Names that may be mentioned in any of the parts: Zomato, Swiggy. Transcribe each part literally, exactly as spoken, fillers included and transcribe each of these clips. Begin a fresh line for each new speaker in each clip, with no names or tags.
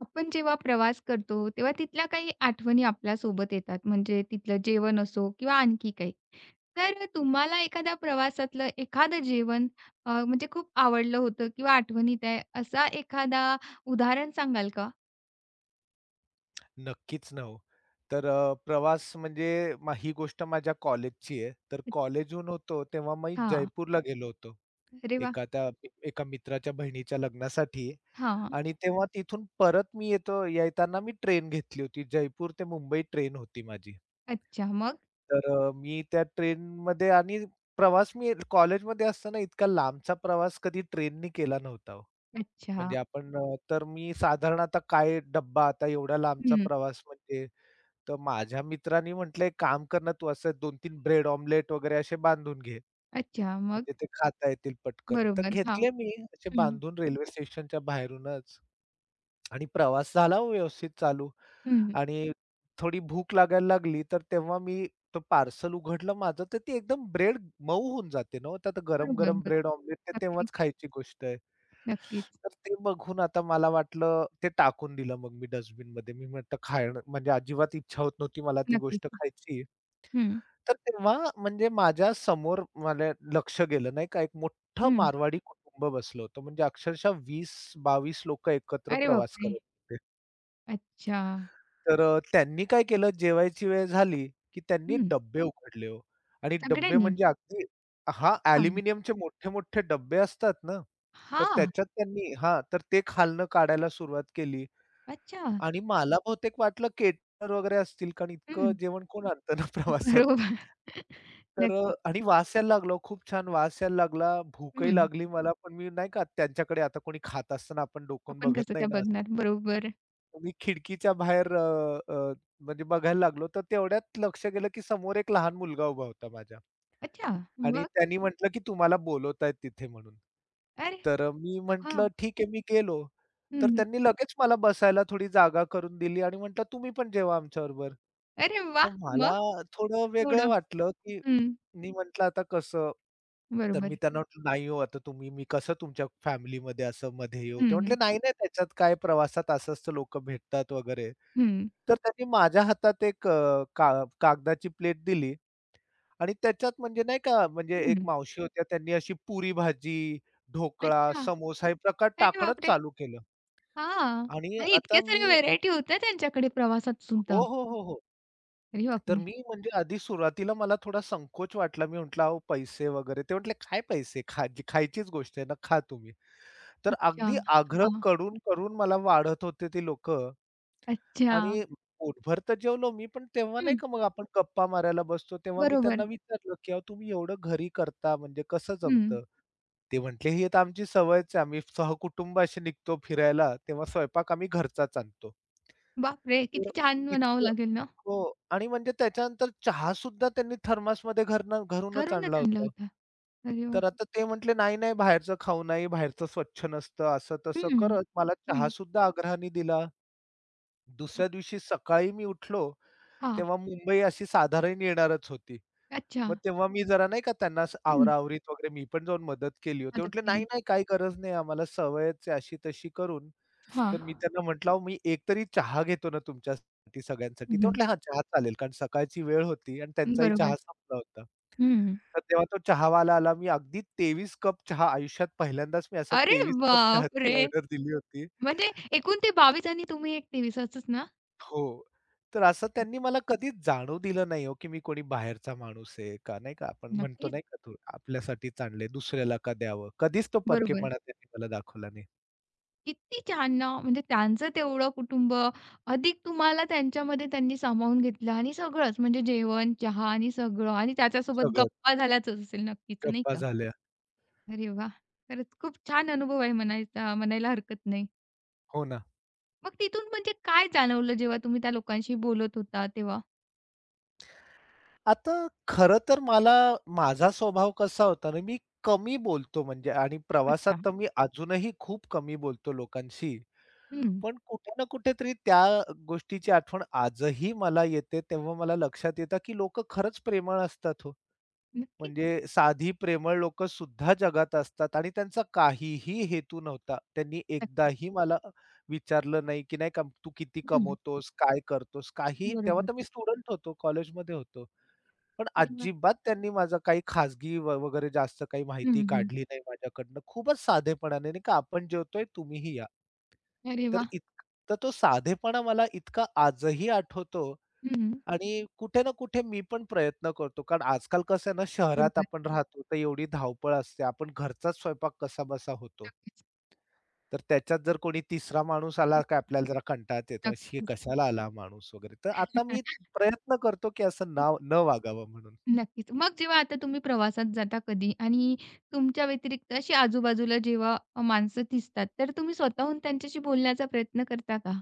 आपण जेव्हा प्रवास करतो, तेव्हा तिथल्या काही आठवणी आपल्यासोबत येतात. म्हणजे तिथलं जेवण असो किंवा आणखी काही. तर तुम्हाला एखाद्या प्रवासातलं एखादं जेवण अ, म्हणजे खूप आवडलं होतं किंवा आठवणीत आहे, असा एखादा उदाहरण सांगाल का?
नक्कीच ना हो. तर अ, प्रवास म्हणजे म ही गोष्ट माझ्या कॉलेजची आहे. तर कॉलेजहून होतो तेव्हा मी
अच्छा.
जयपूरला गेलो होतो.
अरे वाह!
एका त्या एका मित्राच्या बहिणीच्या लग्नासाठी.
हां.
आणि तेव्हा तिथून परत मी येतो येताना मी ट्रेन घेतली होती. जयपूर ते मुंबई ट्रेन होती माझी.
अच्छा. मग?
तर अ, मी त्या ट्रेनमध्ये आणि प्रवास मी कॉलेजमध्ये असताना इतका लांबचा प्रवास कधी ट्रेननी केला नव्हता हो.
अच्छा.
म्हणजे आपण अ, तर मी साधारण आता काय डब्बा आता एवढा लांबचा
हं.
प्रवास म्हणजे. तर माझ्या मित्रांनी म्हटलं, "एक काम कर ना, तू असं दोन तीन ब्रेड ऑमलेट वगैरे असे बांधून घे,
अच्छा. मग?
म्हणजे ते खाता येतील पटकन." तर
बरोबर. हां.
घेतले मी असे
हं.
बांधून रेल्वे स्टेशनच्या बाहेरूनच. आणि प्रवास झाला हो व्यवस्थित चालू.
हं.
आणि थोडी भूक लागायला लागली, तर तेव्हा मी तो पार्सल उघडलं माझं, तर ती एकदम ब्रेड मऊ होऊन जाते ना हो. तर
बरोबर,
गरम-गरम
बरोबर.
ब्रेड ऑमलेट
नक्कीच,
तेव्हाच खायची गोष्ट आहे.
नक्कीच,
तर ते बघून आता मला वाटलं ते टाकून दिलं मग मी डस्टबिनमध्ये. मी म्हटलं खाणं म्हणजे अजिबात इच्छा होत नव्हती मला ती गोष्ट
नक्कीच.
खायची.
हं,
तर तेव्हा म्हणजे माझ्या समोर मला लक्ष गेलं नाही का, एक मोठं
हं.
मारवाडी कुटुंब बसलं होतं. म्हणजे अक्षरशः वीस बावीस लोक एकत्र
अरे
प्रवास
बापरे!
करत होते.
अच्छा.
तर अ, त्यांनी काय केलं जेवायची वेळ झाली, की त्यांनी
हं.
डब्बे हं. उघडले हो. आणि डब्बे
सगळ्यांनी?
म्हणजे अगदी हां,
हां.
ॲल्युमिनियमचे मोठे-मोठे डब्बे असतात ना, तर
हां.
त्याच्यात त्यांनी हां, तर ते खालनं काढायला सुरुवात केली.
अच्छा.
आणि मला बहुतेक वाटलं केटर वगैरे असतील कारण इतकं
हं.
जेवण कोण आणतं ना प्रवासात.
बरोबर.
तर अ,
नक्कीच.
आणि वास यायला लागला हो, खूप छान वास यायला लागला, भूकही
हं.
लागली मला, पण मी नाही का त्यांच्याकडे आता कोणी खात असताना आपण डोकावून
आपण
बघत
कसं
नाही
काय
ना.
बघणार? बरोबर.
मी खिडकीच्या बाहेर अ, अ, म्हणजे बघायला लागलो, तर तेवढ्यात लक्ष गेलं, की समोर एक लहान मुलगा उभा होता माझ्या.
अच्छा.
आणि
मग?
त्यांनी म्हटलं, की "तुम्हाला बोलवतायत तिथे" म्हणून.
अरे
तर मी म्हटलं,
हां.
"ठीक आहे." मी गेलो. तर
हं.
त्यांनी लगेच मला बसायला थोडी जागा करून दिली आणि म्हटलं, "तुम्ही पण जेवा आमच्याबरोबर."
अरे
तर
वाह!
मला
मग
थोडं वेगळं
थोडं
वाटलं, की
हं.
मी म्हटलं, "आता कसं?" तर मी
बरोबर.
त्यांना म्हटलं, "नाही हो, आता तुम्ही मी कसं तुमच्या फॅमिलीमध्ये असं मध्ये येऊ?" ते
हं,
म्हटले,
हं.
"नाही, नाही त्याच्यात काय प्रवासात असंच तर भेटतात वगैरे."
हं.
तर त्यांनी माझ्या हातात एक अ, का कागदाची प्लेट दिली. आणि त्याच्यात म्हणजे नाही का, म्हणजे एक मावशी होत्या त्यांनी अशी पुरी भाजी, ढोकळा,
अच्छा.
समोसा हे प्रकार
अरे
टाकणंच
बापरे!
चालू केलं.
हां.
आणि
आणि
आता
इतक्या
मी
साऱ्या व्हेरायटी होत्या त्यांच्याकडे प्रवासात सुद्धा.
हो, हो, हो, हो.
अरे
तर
बापरे!
मी म्हणजे आधी सुरुवातीला मला थोडा संकोच वाटला. मी म्हटलं, "अहो पैसे वगैरे." ते म्हटले, "काय पैसे? खा खायचीच गोष्ट आहे ना, खा तुम्ही." तर
अच्छा.
अगदी आग्रह
हां.
करून, करून मला वाढत होते ती लोकं.
अच्छा.
आणि पोटभर तर जेवलो मी, पण तेव्हा नाही
हं.
का मग आपण गप्पा मारायला बसतो, तेव्हा मी त्यांना
बरोबर.
विचारलं, की "अहो तुम्ही एवढं घरी करता म्हणजे कसं
हं.
जमतं?" ते म्हटले, "ही तर आमची सवयच आहे. आम्ही सहकुटुंबाशी निघतो फिरायला, तेव्हा स्वयंपाक आम्ही घरचाच आणतो."
बापरे!
तर
किती छान म्हणावं
इतकं
लागेल ना?
हो. आणि म्हणजे त्याच्यानंतर चहा सुद्धा त्यांनी थर्मासमध्ये घरनं घरूनच
घरूनच
आणला
आणलं
होता.
होतं. अरे वाह!
तर आता ते म्हटले, "नाही, नाही बाहेरचं खाऊ नाही, बाहेरचं स्वच्छ नसतं." असं तसं
हं, हं.
करत मला चहा सुद्धा आग्रहाने दिला. दुसऱ्या दिवशी सकाळी मी उठलो
हां.
तेव्हा मुंबई अशी साधारण येणारच होती.
अच्छा.
मग तेव्हा मी जरा नाही का त्यांना असं
हं.
आवरा-आवरीत वगैरे मी पण जाऊन मदत केली हो. ते
मदत
म्हटले, "नाही,
केली.
नाही, काही गरज नाही आम्हाला सवयच आहे अशी तशी करून."
हां.
तर मी त्यांना म्हटलं, "अहो, मी एकतरी चहा घेतो ना तुमच्यासाठी सगळ्यांसाठी." ते
हं,
म्हटले, "हां, चहा चालेल." कारण सकाळची वेळ होती आणि त्यांचाही
बरोबर.
चहा संपला होता.
हं.
तर तेव्हा तो चहावाला आला. मी अगदी तेवीस कप चहा आयुष्यात पहिल्यांदाच मी असा
अरे
तेवीस कप चहाची
बापरे!
ऑर्डर दिली होती.
म्हणजे एकूण ते बावीस आणि तुम्ही एक तेवीस असच ना?
हो. तर असं त्यांनी मला कधीच जाणवू दिलं नाही हो, की मी कोणी बाहेरचा माणूस आहे का नाही का आपण म्हणतो
नक्कीच.
नाही का तो आपल्यासाठीच आणले दुसऱ्याला का द्यावं. कधीच तो
बरोबर.
परकेपणा त्यांनी मला दाखवला नाही.
किती छान ना, म्हणजे त्यांचं तेवढं कुटुंब अधिक तुम्हाला त्यांच्यामध्ये त्यांनी सामावून घेतलं आणि सगळंच म्हणजे जेवण, चहा आणि सगळं आणि त्याच्यासोबत
सगळं
गप्पा झाल्याच असेल नक्कीच, नाही
गप्पा
का?
झाल्या.
अरे वाह! खरंच खूप छान अनुभव आहे म्हणायचा म्हणायला हरकत नाही.
हो ना.
मग तिथून म्हणजे काय जाणवलं जेव्हा तुम्ही त्या लोकांशी बोलत होता तेव्हा?
आता खरं तर मला माझा स्वभाव कसा होता ना, मी कमी बोलतो म्हणजे आणि प्रवासात
अच्छा.
तर मी अजूनही खूप कमी बोलतो लोकांशी.
हं.
पण कुठे ना कुठेतरी त्या गोष्टीची आठवण आजही मला येते. तेव्हा मला लक्षात येतं, की लोकं खरंच प्रेमळ असतात हो.
नक्कीच.
म्हणजे साधी प्रेमळ लोक सुद्धा जगात असतात आणि त्यांचा काहीही हेतू नव्हता. त्यांनी
नक्कीच.
एकदाही मला विचारलं नाही, की नाही का तू किती
हं.
कमवतोस? काय करतोस? काहीही तेव्हा
बरोबर.
तर मी स्टुडंट होतो, कॉलेजमध्ये होतो. पण
अरे वाह!
अजिबात त्यांनी माझा काही खाजगी व वगैरे जास्त काही माहिती
हं, हं.
काढली नाही माझ्याकडनं. खूपच साधेपणाने नाही का आपण जेवतोय तुम्हीही या.
अरे
तर
वाह!
इत तर तो साधेपणा मला इतका आजही आठवतो.
हं.
आणि कुठे ना कुठे मी पण प्रयत्न करतो. कारण आजकाल कसं आहे ना, शहरात
बरोबर.
आपण राहतो, तर एवढी धावपळ असते. आपण घरचाच स्वयंपाक कसा बसा होतो. तर त्याच्यात जर कोणी तिसरा माणूस आला, की आपल्याला जरा कंटाळाच येतो. "शी,
नक्कीच.
कशाला आला हा माणूस" वगैरे. तर आता मी प्रयत्न करतो, की असं नाव न वागावं म्हणून.
नक्कीच. मग जेव्हा आता तुम्ही प्रवासात जाता कधी आणि तुमच्या व्यतिरिक्त अशी आजूबाजूला जेव्हा माणसं दिसतात, तर तुम्ही स्वतःहून त्यांच्याशी बोलण्याचा प्रयत्न करता का?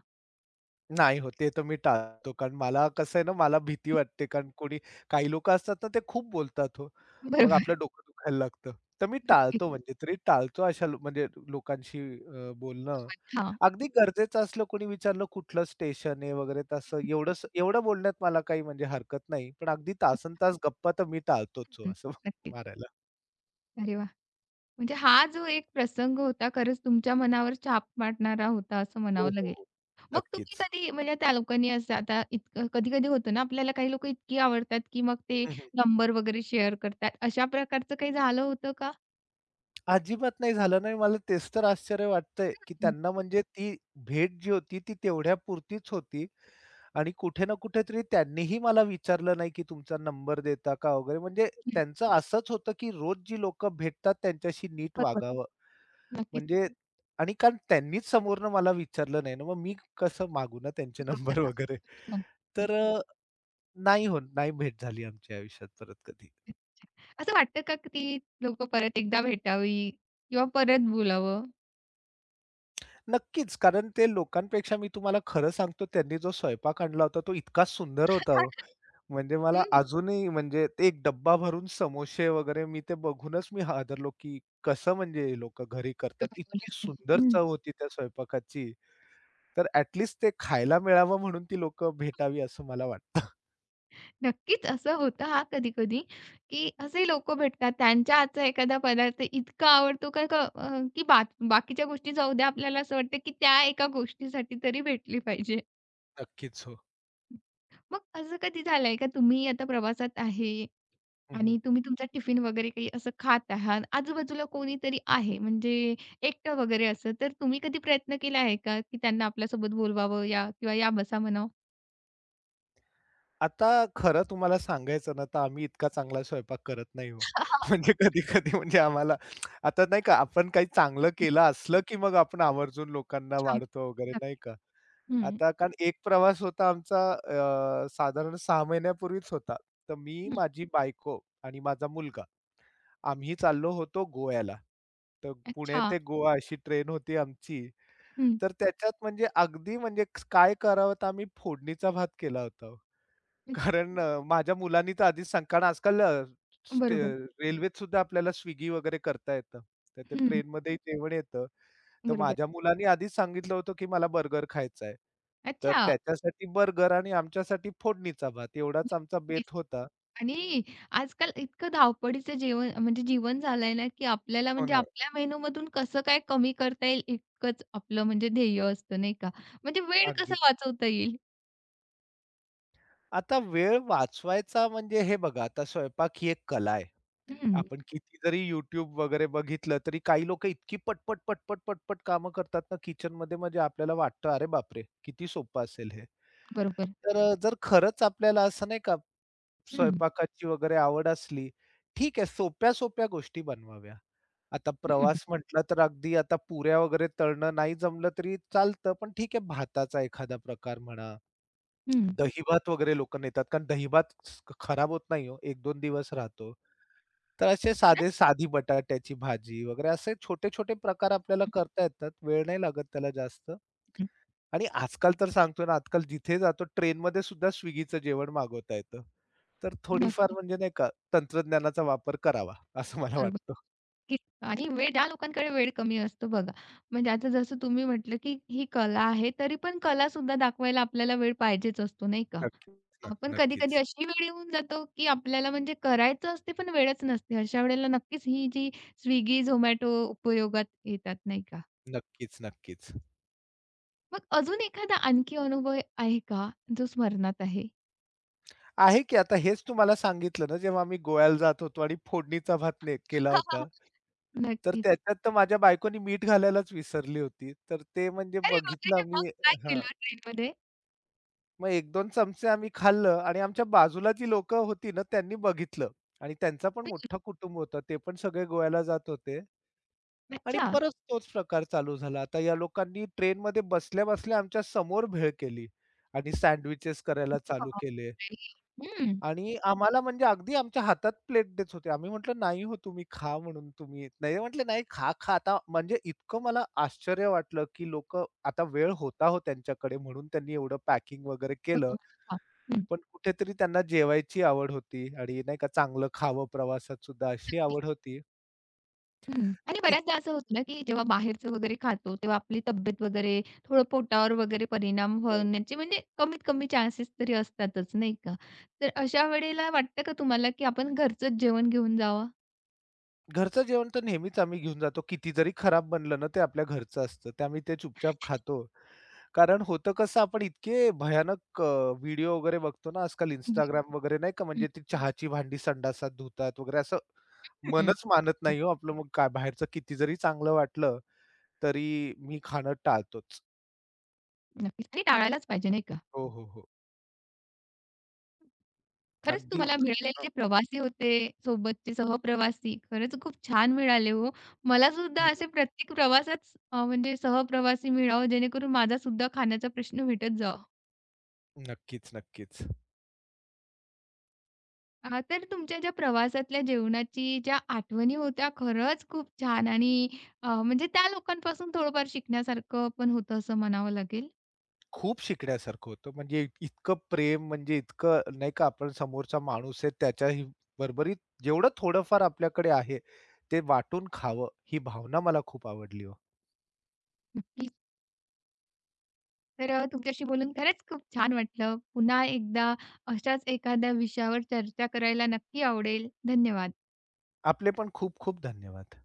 नाही हो, ते तर मी टाळतो. कारण मला कसं आहे ना, मला भीती वाटते. कारण कोणी काही लोकं असतात ना, ते खूप बोलतात हो. मग
बरोबर.
आपलं डोकं दुखायला लागतं. तर मी टाळतो
नक्कीच.
हं. म्हणजे तरी टाळतो अशा लो म्हणजे लोकांशी अ, बोलणं.
हां.
अगदी गरजेचं असलं कोणी विचारलं कुठलं स्टेशन आहे वगैरे तसं एवढंस एवढं बोलण्यात मला काही म्हणजे हरकत नाही. पण अगदी तासनतास गप्पा तर मी टाळतोच हो
हं,
असं
नक्कीच.
मारायला.
अरे वाह! म्हणजे हा जो एक प्रसंग होता खरंच तुमच्या मनावर छाप पाडणारा होता असं
हो,
म्हणावं
हो,
लागेल.
हो.
मग तुम्ही
नक्कीच.
कधी म्हणजे त्या लोकांनी असं आता इतकं कधी-कधी होतं ना आपल्याला काही लोकं इतकी आवडतात, की मग ते नंबर वगैरे शेअर करतात. अशा प्रकारचं काही झालं होतं का?
अजिबात नाही झालं नाही. मला तेच तर आश्चर्य वाटतंय, की त्यांना म्हणजे ती भेट जी होती ती तेवढ्यापुरतीच होती. आणि कुठे ना कुठेतरी त्यांनीही मला विचारलं नाही, की तुमचा नंबर देता का वगैरे. म्हणजे
नक्की-
त्यांचं असंच होतं, की रोज जी लोकं भेटतात त्यांच्याशी नीट
बरोबर.
वागावं.
नक्कीच.
म्हणजे आणि कारण त्यांनीच समोरनं मला विचारलं नाही ना, मग मी कसं मागू ना त्यांचे नंबर
बरोबर.
वगैरे. तर
नक्कीच.
अ, नाही हो, नाही भेट झाली आमच्या आयुष्यात परत कधी.
असं वाटतं का की ती लोकं परत एकदा भेटावी किंवा परत बोलावं?
नक्कीच, कारण ते लोकांपेक्षा मी तुम्हाला खरं सांगतो त्यांनी जो स्वयंपाक आणला होता तो इतका सुंदर होता हो. म्हणजे मला अजूनही म्हणजे ते एक डब्बा भरून समोसे वगैरे मी ते बघूनच मी हादरलो, की कसं म्हणजे हे लोकं घरी करतात. इतकी सुंदर
हं.
चव होती त्या स्वयंपाकाची. तर ॲट ते खायला मिळावं म्हणून ती लोकं भेटावी असं मला वाटतं.
नक्कीच असं होतं हां, कधी-कधी, की असे लोकं भेटतात त्यांच्या हातचा एखादा पदार्थ इतका आवडतो का का अ, की बा बाकीच्या गोष्टी जाऊ द्या आपल्याला असं वाटतं की त्या एका गोष्टीसाठी तरी भेटली पाहिजे.
नक्कीच, हो.
मग असं कधी झालंय का तुम्ही आता प्रवासात आहे
हं.
आणि तुम्ही तुमचा टिफिन वगैरे काही असं खात आहात, आजूबाजूला कोणीतरी आहे म्हणजे एकटं वगैरे असं, तर तुम्ही कधी प्रयत्न केला आहे का की त्यांना आपल्यासोबत बोलवावं या किंवा या बसा म्हणावं?
आता खरं तुम्हाला सांगायचं ना, तर आम्ही इतका चांगला स्वयंपाक करत नाही हो. म्हणजे कधी-कधी म्हणजे आम्हाला आता नाही का आपण काही चांगलं केलं असलं, की मग आपण आवर्जून लोकांना
अच्छा.
वाढतो वगैरे नाही
नक्की.
का.
हं,
आता कारण एक प्रवास होता आमचा अ, साधारण सहा महिन्यापूर्वीच होता. तर मी, माझी बायको आणि माझा मुलगा आम्ही चाललो होतो गोव्याला. तर पुणे
अच्छा.
ते गोवा अशी ट्रेन होती आमची.
हं.
तर त्याच्यात म्हणजे अगदी म्हणजे काय करावं तर आम्ही फोडणीचा भात केला होता हो. कारण अ, माझ्या मुलांनी तर आधीच सांग कारण आजकाल अ, स्ट
बरोबर.
रेल्वेत सुद्धा आपल्याला Swiggy वगैरे करता येतं. तर ते
हं,
ट्रेनमध्येही जेवण येतं. तर
बरोबर.
माझ्या मुलांनी आधीच सांगितलं होतं, की मला बर्गर खायचा आहे. तर
अच्छा.
त्याच्यासाठी बर्गर आणि आमच्यासाठी फोडणीचा भात एवढाच आमचा
नक्कीच.
बेत होता.
आणि आजकाल इतकं धावपळीचं जेवण म्हणजे जीवन झालंय ना, की आपल्याला
हो
म्हणजे
ना.
आपल्या मेनूमधून कसं काय कमी करता येईल इतकंच आपलं म्हणजे ध्येय असतं, नाही का? म्हणजे वेळ कसा
अगदीच.
वाचवता येईल?
आता वेळ वाचवायचा म्हणजे हे बघा, आता स्वयंपाक ही एक कला आहे.
हं,
आपण किती जरी YouTube वगैरे बघितलं, तरी काही लोकं इतकी पटपट, पटपट, पटपट कामं करतात ना किचनमध्ये म्हणजे आपल्याला वाटतं, "अरे बापरे! किती सोपं असेल हे."
बरोबर.
तर अ, जर खरंच आपल्याला असं नाही का,
हं,
स्वयंपाकाची वगैरे आवड असली, ठीक आहे सोप्या-सोप्या गोष्टी बनवाव्या. आता
हं,
प्रवास म्हटला तर अगदी आता पुऱ्या वगैरे तळणं नाही जमलं तरी चालतं, पण ठीक आहे भाताचा एखादा प्रकार म्हणा,
हं.
दहीभात वगैरे लोकं नेतात कारण दहीभात स खराब होत नाही हो, एक दोन दिवस राहतो. तर असे साधे
खरंच.
साधी बटाट्याची भाजी वगैरे असे छोटे-छोटे प्रकार आपल्याला करता येतात. वेळ नाही लागत त्याला जास्त.
हं,
आणि आजकाल तर सांगतो ना, आजकाल जिथे जातो ट्रेनमध्ये सुद्धा Swiggyचं जेवण मागवता येतं. तर थोडीफार
नक्कीच.
म्हणजे नाही का तंत्रज्ञानाचा वापर करावा, असं मला
बरोबर.
वाटतं.
की आणि वेळ ज्या लोकांकडे वेळ कमी असतो बघा, म्हणजे आता जसं तुम्ही म्हटलं, की ही कला आहे, तरी पण कलासुद्धा दाखवायला आपल्याला वेळ पाहिजेच असतो, नाही का?
नक्कीच ना.
आपण कधी-कधी
नक्कीच.
अशी वेळ येऊन जातो, की आपल्याला म्हणजे करायचं असते, पण वेळच नसते. अशा वेळेला नक्कीच ही जी Swiggy, Zomato उपयोगात येतात, नाही का?
नक्कीच, नक्कीच.
मग अजून एखादा आणखी अनुभव आहे का, जो स्मरणात आहे?
आहे की आता हेच तुम्हाला सांगितलं ना, जेव्हा आम्ही गोव्याला जात होतो आणि फोडणीचा भात ने केला होता. तर
नक्कीच.
त्याच्यात तर माझ्या बायकोनी मीठ घालायलाच विसरली होती. तर ते म्हणजे
अरे बापरे!
बघितलं
मग
आम्ही.
काय केलं ट्रेनमध्ये?
मग एक दोन चमचे आम्ही खाल्लं आणि आमच्या बाजूला जी लोकं होती ना, त्यांनी बघितलं. आणि त्यांचा पण मोठा कुटुंब होता. ते पण सगळे गोव्याला जात होते आणि
अच्छा.
परत तोच प्रकार चालू झाला. आता या लोकांनी ट्रेनमध्ये बसल्या-बसल्या आमच्या समोर भेळ केली आणि सँडविचेस करायला चालू केले.
हं.
आणि आम्हाला म्हणजे अगदी आमच्या हातात प्लेट देत होते. आम्ही म्हटलं, "नाही हो, तुम्ही खा," म्हणून तुम्ही नाही म्हटले, "नाही, खा, खा." आता म्हणजे इतकं मला आश्चर्य वाटलं, की लोकं आता वेळ होता हो त्यांच्याकडे म्हणून त्यांनी एवढं पॅकिंग वगैरे केलं.
बरोबर. हां. हं.
पण कुठेतरी त्यांना जेवायची आवड होती आणि नाही का चांगलं खावं प्रवासात सुद्धा अशी
नक्कीच.
आवड होती.
हं.
तर
आणि बऱ्याचदा
इतकं
असं होतं ना, की जेव्हा बाहेरचं वगैरे खातो, तेव्हा आपली तब्येत वगैरे थोडं पोटावर वगैरे परिणाम
हो,
होण्याचे
हो.
म्हणजे कमीत कमी चान्सेस तरी असतातच, नाही का? तर अशा वेळेला वाटतं का तुम्हाला, की आपण घरचंच जेवण घेऊन जावं?
घरचं जेवण तर नेहमीच आम्ही घेऊन जातो. किती जरी खराब बनलं ना, ते आपल्या घरचं असतं. ते आम्ही ते चुपचाप खातो. कारण होतं कसं आपण इतके भयानक व्हिडिओ वगैरे बघतो ना आजकाल
हं,
Instagram वगैरे नाही का
हं.
म्हणजे ती चहाची भांडी संडासात धुतात वगैरे असं
हं.
मनच मानत नाही हो आपलं मग काय बाहेरचं किती जरी चांगलं वाटलं, तरी मी खाणं टाळतोच.
नक्कीच आणि टाळायलाच पाहिजे, नाही का?
हो, हो, हो.
खरंच
अगदी.
तुम्हाला मिळालेले जे प्रवासी होते, सोबतचे सहप्रवासी खरंच खूप छान मिळाले हो. मला सुद्धा
हं.
असे प्रत्येक प्रवासात अ, म्हणजे सहप्रवासी मिळावं जेणेकरून माझा सुद्धा खाण्याचा प्रश्न मिटत जावा.
नक्कीच, नक्कीच.
हां, तर तुमच्या ज्या प्रवासातल्या जेवणाची ज्या आठवणी होत्या खरंच खूप छान आणि अ, म्हणजे त्या लोकांपासून थोडंफार शिकण्यासारखं पण होतं असं म्हणावं लागेल.
खूप शिकण्यासारखं होतं. म्हणजे इतकं प्रेम म्हणजे इतकं नाही का आपण समोरचा माणूस आहे त्याच्या ही बरोबरीत जेवढं थोडंफार आपल्याकडे आहे, ते वाटून खावं ही भावना मला खूप आवडली हो.
नक्कीच. तर अ, तुमच्याशी बोलून खरंच खूप छान वाटलं. पुन्हा एकदा अशाच एखाद्या विषयावर चर्चा करायला नक्की आवडेल. धन्यवाद.
आपले पण खूप खूप धन्यवाद.